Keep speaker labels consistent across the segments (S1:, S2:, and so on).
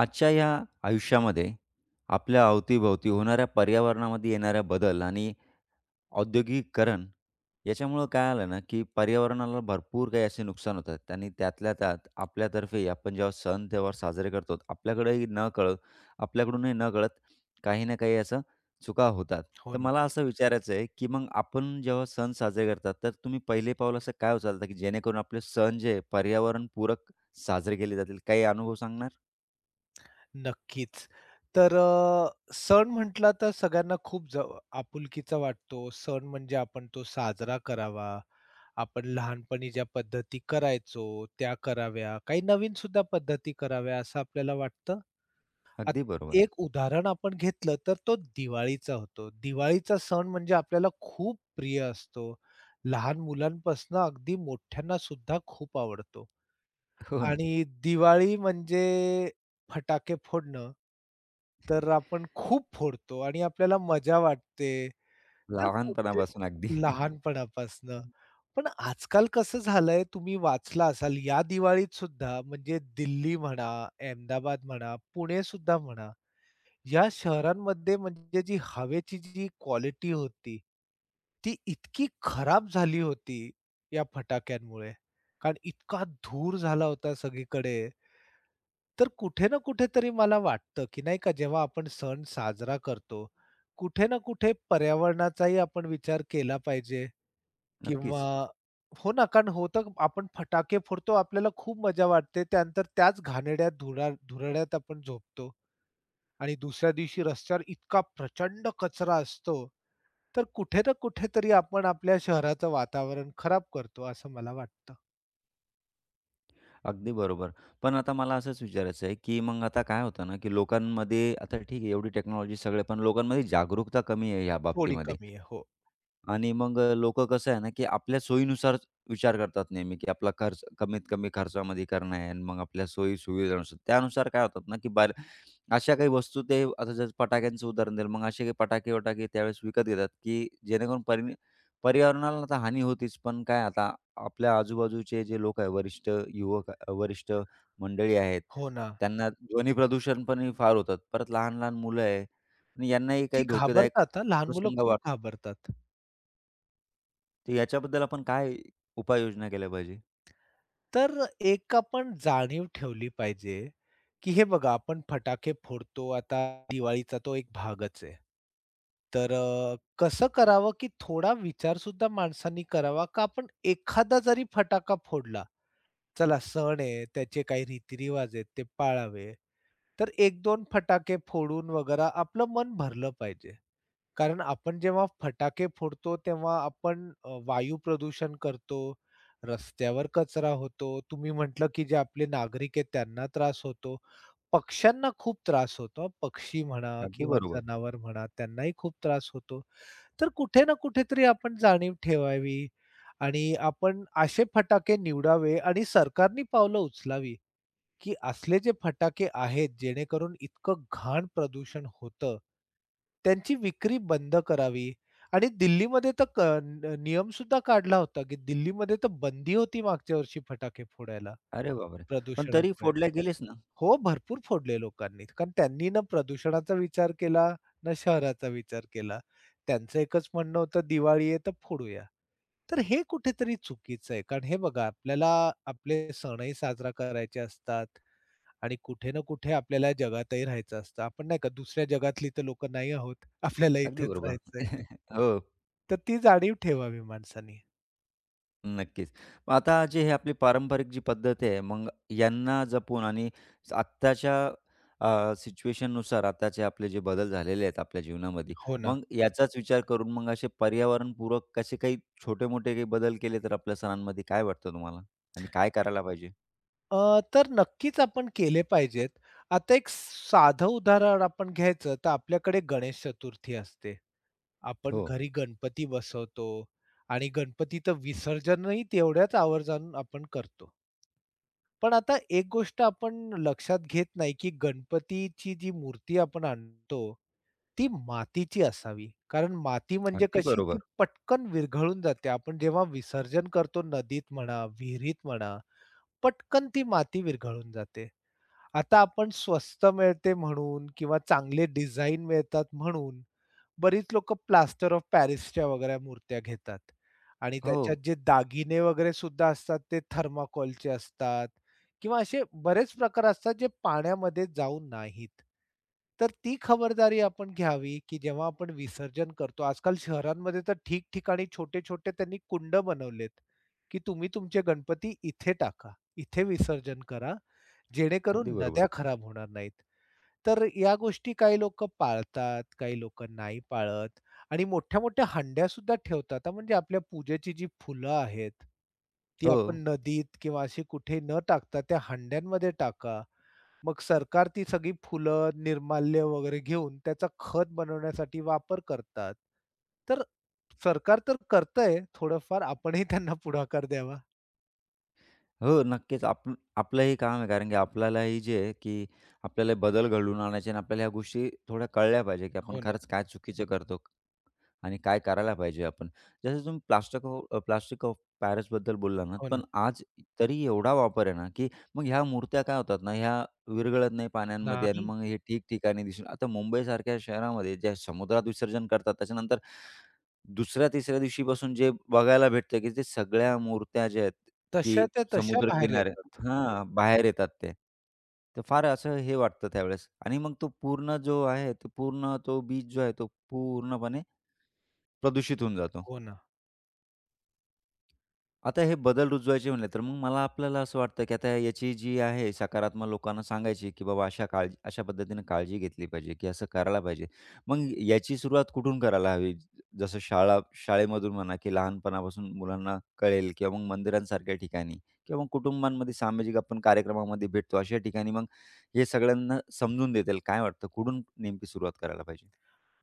S1: आजच्या या आयुष्यामध्ये आपल्या अवतीभोवती होणाऱ्या पर्यावरणामध्ये येणाऱ्या बदल आणि औद्योगिकीकरण याच्यामुळं काय आलं ना, की पर्यावरणाला भरपूर काही असे नुकसान होतात आणि त्यातल्या त्यात आपल्यातर्फे आपण जेव्हा सण-त्योहार साजरे करतो, आपल्याकडेही नकळत आपल्याकडूनही नकळत काही ना काही असं चुका होतात.
S2: हो
S1: तर
S2: ना.
S1: मला असं विचारायचं आहे, की मग आपण जेव्हा सण साजरे करतात, तर तुम्ही पहिले पाऊल असं काय उचलता, की जेणेकरून आपले सण जे पर्यावरणपूरक साजरे केले जातील? काही अनुभव सांगणार?
S2: नक्कीच. तर अ, सण म्हटला तर सगळ्यांना खूप जव आपुलकीचा वाटतो. सण म्हणजे आपण तो साजरा करावा. आपण लहानपणी ज्या पद्धती करायचो, त्या कराव्या. काही नवीन सुद्धा पद्धती कराव्या असं आपल्याला वाटतं. आत
S1: अगदी बरोबर.
S2: एक उदाहरण आपण घेतलं तर तो दिवाळीचा होतो. दिवाळीचा सण म्हणजे आपल्याला खूप प्रिय असतो. लहान मुलांपासनं अगदी मोठ्यांना सुद्धा खूप आवडतो.
S1: हो ना.
S2: आणि दिवाळी म्हणजे फटाके फोडणं. तर आपण खूप फोडतो आणि आपल्याला मजा वाटते. तर कुठे
S1: लहानपणापासून अगदी.
S2: लहानपणापासनं. पण आजकाल कसं झालंय, तुम्ही वाचला असाल या दिवाळीत सुद्धा म्हणजे दिल्ली म्हणा, अहमदाबाद म्हणा, पुणे सुद्धा म्हणा, या शहरांमध्ये म्हणजे जी हवेची जी क्वालिटी होती, ती इतकी खराब झाली होती या फटाक्यांमुळे. कारण इतका धूर झाला होता सगळीकडे. तर कुठे ना कुठेतरी मला वाटतं, की नाही का जेव्हा आपण सण साजरा करतो, कुठे ना कुठे पर्यावरणाचाही आपण विचार केला पाहिजे किंवा
S1: नक्कीच.
S2: हो ना, कारण होतं आपण फटाके फोडतो, आपल्याला खूप मजा वाटते. त्यानंतर त्याच घाणेरड्या धुरा धुराड्यात आपण झोपतो आणि दुसऱ्या दिवशी रस्त्यावर इतका प्रचंड कचरा असतो. तर कुठे ना कुठेतरी आपण आपल्या शहराचं वातावरण खराब करतो असं मला वाटतं.
S1: अगदी बरोबर. पण आता मला असंच विचारायचं आहे, की मग आता काय होतं ना, की लोकांमध्ये आता ठीक आहे एवढी टेक्नॉलॉजी सगळे, पण लोकांमध्ये जागरूकता कमी आहे या
S2: थोडी
S1: बाबतीमध्ये.
S2: कमी आहे. हो.
S1: आणि मग लोकं कसं आहे ना, की आपल्या सोयीनुसार विचार करतात नेहमी, की आपला खर्च कमीत कमी खर्चामध्ये करणं आहे आणि मग आपल्या सोयी-सुविधानुसार. त्यानुसार काय होतात ना, की बाहेर अशा काही वस्तू ते आता जसं फटाक्यांचं उदाहरण दिलं, मग असे काही फटाके-वटाके त्यावेळेस विकत घेतात, की जेणेकरून पर्यावरणाला तर हानी होतीच, पण काय आता आपल्या आजूबाजूचे जे लोक आहे, वरिष्ठ मंडळी आहेत,
S2: हो ना.
S1: त्यांना ध्वनी प्रदूषण पण हे फार होतात. परत लहान-लहान मुलं आहे आणि यांनाही
S2: ती
S1: काही धोकेदायक
S2: घाबरतात हां. लहान मुलं
S1: प्रसंग
S2: खूप
S1: वाटतात.
S2: घाबरतात.
S1: तर याच्याबद्दल आपण काय उपाययोजना केल्या पाहिजे?
S2: तर एक आपण जाणीव ठेवली पाहिजे, की हे बघा आपण फटाके फोडतो आता दिवाळीचा तो एक भागच आहे. कसं करावं, की थोडा विचार सुद्धा माणसांनी करावा, का आपण एखादा जरी फटाका फोडला, चला सण आहे, त्याचे काही रीतिरिवाज आहेत, ते पाळावे. तर 1-2 फटाके फोडून वगैरे आपलं मन भरलं पाहिजे. कारण आपण जेव्हा फटाके फोडतो तेव्हा आपण वायू प्रदूषण करतो, रस्त्यावर कचरा होतो. तुम्ही म्हटलं, की जे आपले नागरिक आहेत त्यांना त्रास होतो. पक्ष्यांना खूप त्रास होतो. पक्षी म्हणा
S1: अगदी
S2: किंवा
S1: बरोबर.
S2: जनावर म्हणा त्यांनाही खूप त्रास होतो. तर कुठे ना कुठेतरी आपण जाणीव ठेवावी आणि आपण असे फटाके निवडावे आणि सरकारनी पावलं उचलावी. की असले जे फटाके आहेत, जेणेकरून इतकं घाण प्रदूषण होतं, त्यांची विक्री बंद करावी आणि दिल्लीमध्ये तर क न नियम सुद्धा काढला होता, की दिल्लीमध्ये तर बंदी होती मागच्या वर्षी फटाके फोडायला
S1: अरे बापरे! पण तरी
S2: प्रदूषणामुळे.
S1: फोडल्या गेलेच ना.
S2: हो, भरपूर फोडले लोकांनी. कारण त्यांनी ना प्रदूषणाचा विचार केला, ना शहराचा विचार केला. त्यांचं एकच म्हणणं होतं, दिवाळी आहे तर फोडूया. तर हे कुठेतरी चुकीचं आहे. कारण हे बघा, आपल्याला आपले सणही साजरा करायचे असतात. आणि कुठे ना कुठे आपल्याला जगातही राहायचं असतं. आपण नाही का दुसऱ्या जगातली तर लोकं नाही आहोत. आपल्याला
S1: अगदी
S2: इथेच
S1: बरोबर.
S2: राहायचंय.
S1: हो,
S2: तर ती जाणीव ठेवावी माणसानी.
S1: नक्कीच. मग आता जे हे आपली पारंपरिक जी पद्धत आहे, मग यांना जपून आणि आत्ताच्या सिच्युएशननुसार आताचे आपले जे बदल झालेले आहेत आपल्या जीवनामध्ये,
S2: हो ना.
S1: मग याचाच विचार करून मग असे पर्यावरणपूरक असे काही छोटे-मोठे काही बदल केले तर आपल्या सणांमध्ये काय वाटतं तुम्हाला? आणि काय करायला पाहिजे?
S2: अ, तर नक्कीच आपण केले पाहिजेत. आता एक साधं उदाहरण आपण घ्यायचं तर आपल्याकडे गणेश चतुर्थी असते. आपण
S1: हो.
S2: घरी गणपती बसवतो आणि गणपतीचं विसर्जनही तेवढ्याच आवर्जानं आपण करतो. पण आता एक गोष्ट आपण लक्षात घेत नाही, की गणपतीची जी मूर्ती आपण आणतो ती मातीची असावी. कारण माती म्हणजे
S1: अगदी
S2: कशी ती
S1: बरोबर.
S2: पटकन विरघळून जाते. आपण जेव्हा विसर्जन करतो नदीत म्हणा, विहिरीत म्हणा, पटकन ती माती विरघळून जाते. आता आपण स्वस्त मिळते म्हणून किंवा चांगले डिझाइन मिळतात म्हणून, बरीच लोकं प्लास्टर ऑफ पॅरिसच्या वगैरे मूर्त्या घेतात आणि
S1: हो.
S2: त्याच्यात जे दागिने वगैरे सुद्धा असतात ते थर्माकोलचे असतात किंवा असे बरेच प्रकार असतात जे पाण्यामध्ये जाऊ नाहीत. तर ती खबरदारी आपण घ्यावी, की जेव्हा आपण विसर्जन करतो आजकाल शहरांमध्ये तर ठिकठिकाणी छोटे-छोटे त्यांनी कुंड बनवलेत, की तुम्ही तुमचे गणपती इथे टाका, इथे विसर्जन करा
S1: अगदी
S2: जेणेकरून
S1: बरोबर.
S2: नद्या खराब होणार नाहीत. तर या गोष्टी काही लोकं पाळतात, काही लोकं नाही पाळत आणि मोठ्या-मोठ्या हंड्या सुद्धा ठेवतात हां, म्हणजे आपल्या पूजेची जी फुलं आहेत, ती
S1: हो.
S2: आपण नदीत किंवा अशी कुठे न टाकता त्या हंड्यांमध्ये टाका. मग सरकार ती सगळी फुलं, निर्माल्य वगैरे घेऊन त्याचा खत बनवण्यासाठी वापर करतात. तर सरकार तर करतंय थोडंफार, आपणही त्यांना पुढाकार द्यावा.
S1: हो, नक्कीच. आपलं हे काम आहे कारण की आपल्यालाही जे आहे, की आपल्याला बदल घडवून आणायचे आणि आपल्याला ह्या गोष्टी थोड्या कळल्या पाहिजे, की आपण
S2: हो ना,
S1: खरंच काय चुकीचं करतो. आणि काय करायला पाहिजे आपण? जसं तुम्ही प्लास्टिक ऑफ पॅरिसबद्दल बोलला ना,
S2: हो ना.
S1: पण आज तरी एवढा वापर आहे ना, की मग ह्या मूर्त्या काय होतात ना, ह्या विरघळत नाही पाण्यांमध्ये आणि
S2: नाही
S1: मग हे ठिकठिकाणी दिसून आता मुंबईसारख्या शहरामध्ये ज्या समुद्रात विसर्जन करतात, त्याच्यानंतर दुसऱ्या-तिसऱ्या दिवशीपासून जे बघायला भेटतं, की ते सगळ्या मूर्त्या ज्या आहेत,
S2: तशा
S1: की
S2: त्या तशा बाहेर
S1: समुद्रकिनारे
S2: येतात.
S1: हां, बाहेर येतात ते. तर फार असं हे वाटतं त्यावेळेस आणि मग तो पूर्ण जो आहे, तो पूर्ण तो बीच जो आहे, तो पूर्णपणे प्रदूषित होऊन जातो.
S2: हो ना.
S1: आता हे बदल रुजवायचे म्हणले, तर मग मला आपल्याला असं वाटतं, की आता याची जी आहे सकारात्मक लोकांना सांगायची, की बाबा अशा काळजी अशा पद्धतीने काळजी घेतली पाहिजे, की असं करायला पाहिजे. मग याची सुरुवात कुठून करायला हवी? जसं शाळा शाळेमधून म्हणा, की लहानपणापासून मुलांना कळेल किंवा मग मंदिरांसारख्या ठिकाणी किंवा मग कुटुंबांमध्ये सामाजिक आपण कार्यक्रमामध्ये भेटतो, अशा ठिकाणी मग हे सगळ्यांना समजून देतील. काय वाटतं, कुठून नेमकी सुरुवात करायला पाहिजे?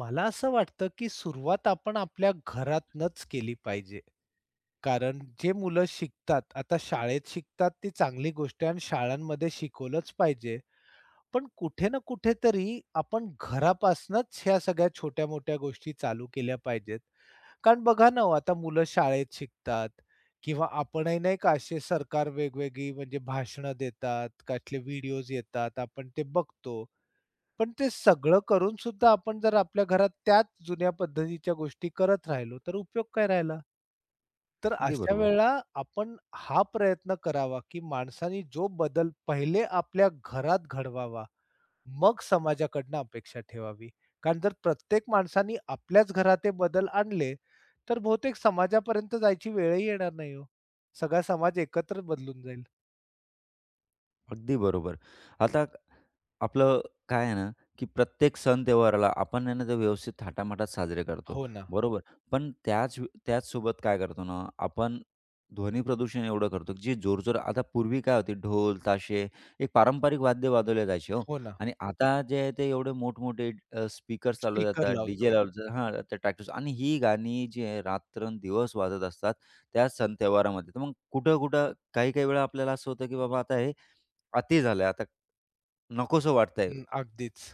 S2: मला असं वाटतं, की सुरुवात आपण आपल्या घरातनंच केली पाहिजे. कारण जे मुलं शिकतात, आता शाळेत शिकतात ती चांगली गोष्ट आहे आणि शाळांमध्ये शिकवलंच पाहिजे. पण कुठे ना कुठेतरी आपण घरापासनंच ह्या सगळ्या छोट्या-मोठ्या गोष्टी चालू केल्या पाहिजेत. कारण बघा ना हो, आता मुलं शाळेत शिकतात किंवा आपणही नाही का असे सरकार वेगवेगळी म्हणजे भाषणं देतात, कसले व्हिडिओज येतात, आपण ते बघतो. पण ते सगळं करून सुद्धा आपण जर आपल्या घरात त्याच जुन्या पद्धतीच्या गोष्टी करत राहिलो, तर उपयोग काय राहिला? तर
S1: अगदी
S2: अशा
S1: बरोबर.
S2: वेळेला आपण हा प्रयत्न करावा, की माणसाने जो बदल पहिले आपल्या घरात घडवावा, मग समाजाकडनं अपेक्षा ठेवावी. कारण जर प्रत्येक माणसाने आपल्याच घरात हे बदल आणले, तर बहुतेक समाजापर्यंत जायची वेळही येणार नाही हो. सगळा समाज एकत्र बदलून जाईल.
S1: अगदी बरोबर. आता क- आपलं काय आहे ना, की प्रत्येक सण त्योहाराला आपण आहे ना, ते व्यवस्थित थाटामाटात साजरे करतो,
S2: हो ना,
S1: बरोबर. पण त्याच त्याचसोबत काय करतो ना, आपण ध्वनी प्रदूषण एवढं करतो, की जे जोरजोर आता पूर्वी काय होती ढोल, ताशे एक पारंपरिक वाद्य वाजवले जायचे हो
S2: हो ना.
S1: आणि आता जे आहे ते एवढे मोठमोठे स्पीकर्स लावले
S2: स्पीकर
S1: जातात, डी-जे
S2: लावतो.
S1: लावले जातात हां, ते ट्रॅक्टर्स आणि ही गाणी जी आहे रात्रंदिवस वाजत असतात त्या सण त्योहारामध्ये. तर मग कुठं-कुठं काही-काही वेळा आपल्याला असं होतं, की बाबा आता हे अति झालंय आता. नकोसं वाटतंय.
S2: हं, अगदीच.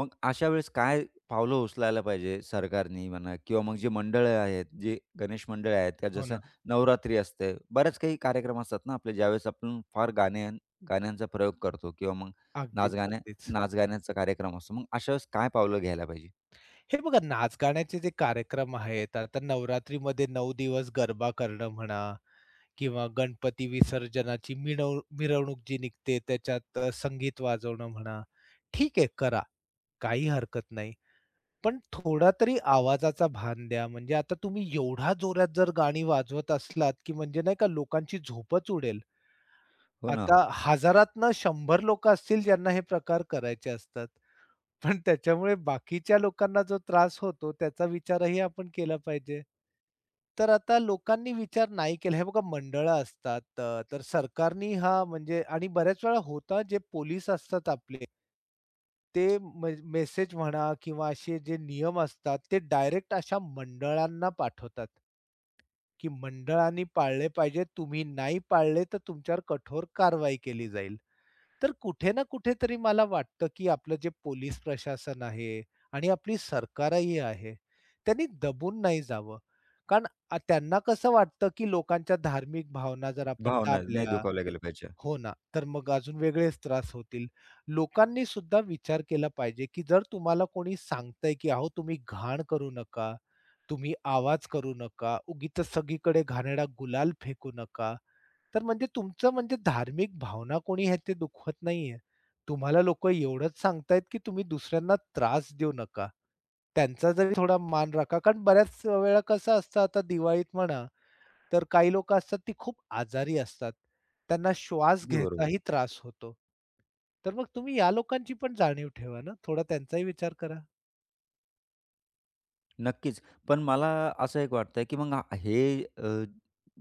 S1: मग अशा वेळेस काय पावलं उचलायला पाहिजे सरकारनी म्हणा किंवा मग जी मंडळं आहेत, जी गणेश मंडळी आहेत, त्या
S2: हो
S1: जसं
S2: ना.
S1: नवरात्री असते, बऱ्याच काही कार्यक्रम असतात ना आपले, ज्यावेळेस आपण फार गाणे गाण्यांचा प्रयोग करतो किंवा मग
S2: अगदीच,
S1: नाचगाण्या
S2: अगदीच.
S1: नाचगाण्यांचा कार्यक्रम असतो. मग अशा वेळेस काय पावलं घ्यायला पाहिजे?
S2: हे बघा नाच गाण्याचे जे कार्यक्रम आहेत, आता नवरात्रीमध्ये 9 दिवस गरबा करणं म्हणा किंवा गणपती विसर्जनाची मिणव मिरवणूक जी निघते त्याच्यात संगीत वाजवणं म्हणा. ठीक आहे करा, काही हरकत नाही. पण थोडा तरी आवाजाचा भान द्या. म्हणजे आता तुम्ही एवढा जोरात जर गाणी वाजवत असलात, की म्हणजे नाही का लोकांची झोपच उडेल.
S1: हो ना.
S2: आता हजारातनं 100 लोकं असतील ज्यांना हे प्रकार करायचे असतात. पण त्याच्यामुळे बाकीच्या लोकांना जो त्रास होतो त्याचा विचारही आपण केला पाहिजे. तर आता लोकांनी विचार नाही केला. हे बघा मंडळं असतात, तर सरकारनी हा म्हणजे आणि बऱ्याच वेळा होता जे पोलीस असतात आपले ते मेसेज म्हणा किंवा असे जे नियम असतात ते डायरेक्ट अशा मंडळांना पाठवतात. की मंडळांनी पाळले पाहिजेत. तुम्ही नाही पाळले तर तुमच्यावर कठोर कारवाई केली जाईल. तर कुठे ना कुठेतरी मला वाटतं, की आपलं जे पोलीस प्रशासन आहे आणि आपली सरकारही आहे, त्यांनी दबून नाही जावं. कारण त्यांना कसं वाटतं, की लोकांच्या धार्मिक भावना जर आपण
S1: भावना नाही
S2: दाबल्या
S1: दुखावल्या गेल्या पाहिजे.
S2: हो ना. तर मग अजून वेगळेच त्रास होतील. लोकांनी सुद्धा विचार केला पाहिजे, की जर तुम्हाला कोणी सांगतंय, की "अहो तुम्ही घाण करू नका, तुम्ही आवाज करू नका, उगीचच सगळीकडे घाणेरडा गुलाल फेकू नका." तर म्हणजे तुमचं म्हणजे धार्मिक भावना कोणी आहे ते दुखवत नाहीये. तुम्हाला लोकं एवढंच सांगतायत, की तुम्ही दुसऱ्यांना त्रास देऊ नका. त्यांचा जरी थोडा मान राखा. कारण बऱ्याच वेळा कसं असतं आता दिवाळीत म्हणा तर काही लोकं असतात ती खूप आजारी असतात. त्यांना श्वास
S1: अगदी बरोबर.
S2: घ्यायचाही त्रास होतो. तर मग तुम्ही या लोकांची पण जाणीव ठेवा ना, थोडा त्यांचाही विचार करा.
S1: नक्कीच. पण मला असं एक वाटतंय, की मग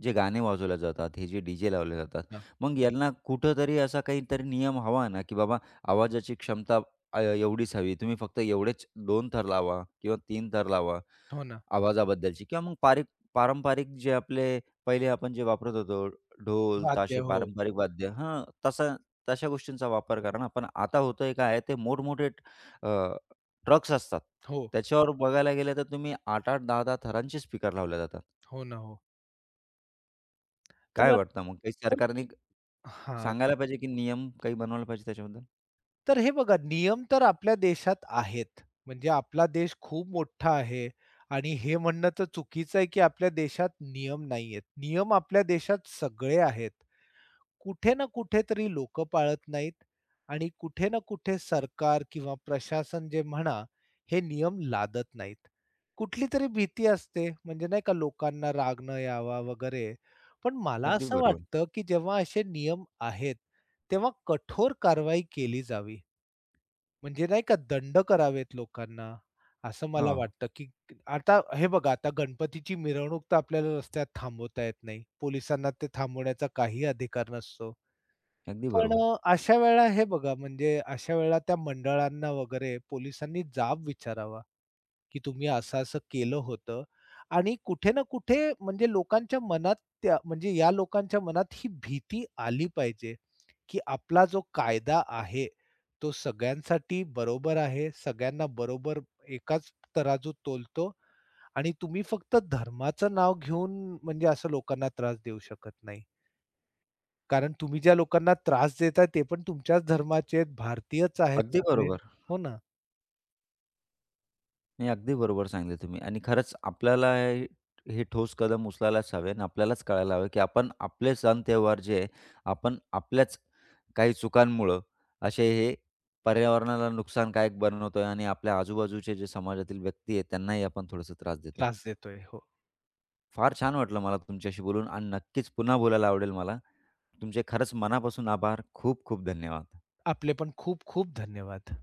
S1: जे गाणे वाजवले जातात, हे जे डी-जे लावले जातात,
S2: ना.
S1: मग यांना कुठेतरी असा काहीतरी नियम हवा ना, की बाबा आवाजाची क्षमता एवढीच हवी. तुम्ही फक्त एवढेच 2 थर लावा किंवा 3 थर लावा
S2: हो ना.
S1: आवाजाबद्दलची किंवा मग पारंपरिक जे आपले पहिले आपण जे वापरत होतो, ढोल,
S2: वाद्य.
S1: ताशे,
S2: हो.
S1: पारंपरिक वाद्य हां, तशा गोष्टींचा वापर करा ना. पण आता होतंय काय, ते मोठमोठे ट्रक्स असतात.
S2: हो.
S1: त्याच्यावर बघायला गेलं तर तुम्ही 8-8, 10-10 थरांचे स्पीकर लावले जातात.
S2: हो ना, हो.
S1: काय
S2: तर
S1: वाटतं मग काही
S2: तर
S1: सरकारने
S2: हां.
S1: सांगायला पाहिजे की नियम काही बनवायला पाहिजे त्याच्याबद्दल?
S2: तर हे बघा नियम तर आपल्या देशात आहेत. म्हणजे आपला देश खूप मोठा आहे आणि हे म्हणणं तर चुकीचं आहे, की आपल्या देशात नियम नाहीयेत. नियम आपल्या देशात सगळे आहेत. कुठे ना कुठेतरी लोकं पाळत नाहीत आणि कुठे ना कुठे सरकार किंवा प्रशासन जे म्हणा, हे नियम लादत नाहीत. कुठली तरी भीती असते, म्हणजे नाही का लोकांना राग न यावा वगैरे. पण मला
S1: अगदी
S2: असं
S1: बरोबर.
S2: वाटतं, की जेव्हा असे नियम आहेत, तेव्हा कठोर कारवाई केली जावी. म्हणजे नाही का दंड करावेत लोकांना, असं
S1: हो,
S2: मला वाटतं, की आता हे बघा, आता गणपतीची मिरवणूक तर आपल्याला रस्त्यात थांबवता येत नाही. पोलिसांना ते थांबवण्याचा काही अधिकार नसतो.
S1: अगदी
S2: पण
S1: बरोबर.
S2: अ, अशा वेळेला हे बघा म्हणजे अशा वेळेला त्या मंडळांना वगैरे पोलिसांनी जाब विचारावा, की तुम्ही असं-असं केलं होतं आणि कुठे ना कुठे म्हणजे लोकांच्या मनात त्या म्हणजे या लोकांच्या मनात ही भीती आली पाहिजे, की आपला जो कायदा आहे, तो सगळ्यांसाठी बरोबर आहे. सगळ्यांना बरोबर एकाच तराजूत तोलतो आणि तुम्ही फक्त धर्माचं नाव घेऊन म्हणजे असं लोकांना त्रास देऊ शकत नाही. कारण तुम्ही ज्या लोकांना त्रास देताय ते पण तुमच्याच धर्माचे आहेत, भारतीयच आहेत
S1: अगदी
S2: सगळे.
S1: बरोबर.
S2: हो ना,
S1: नाही, अगदी बरोबर सांगितलं तुम्ही आणि खरंच आपल्याला हे हे ठोस कदम उचलायलाच हवे आणि आपल्यालाच कळायला हवं की आपण आपले सण त्योहार जे आहे, आपण आपल्याच काही चुकांमुळं असे हे पर्यावरणाला नुकसानकारक बनवतोय आणि आपल्या आजूबाजूचे जे समाजातील व्यक्ती आहेत त्यांनाही आपण थोडासा त्रास देतो.
S2: त्रास देतोय. हो.
S1: फार छान वाटलं मला तुमच्याशी बोलून आणि नक्कीच पुन्हा बोलायला आवडेल मला. तुमचे खरंच मनापासून आभार. खूप खूप धन्यवाद.
S2: आपले पण खूप खूप धन्यवाद.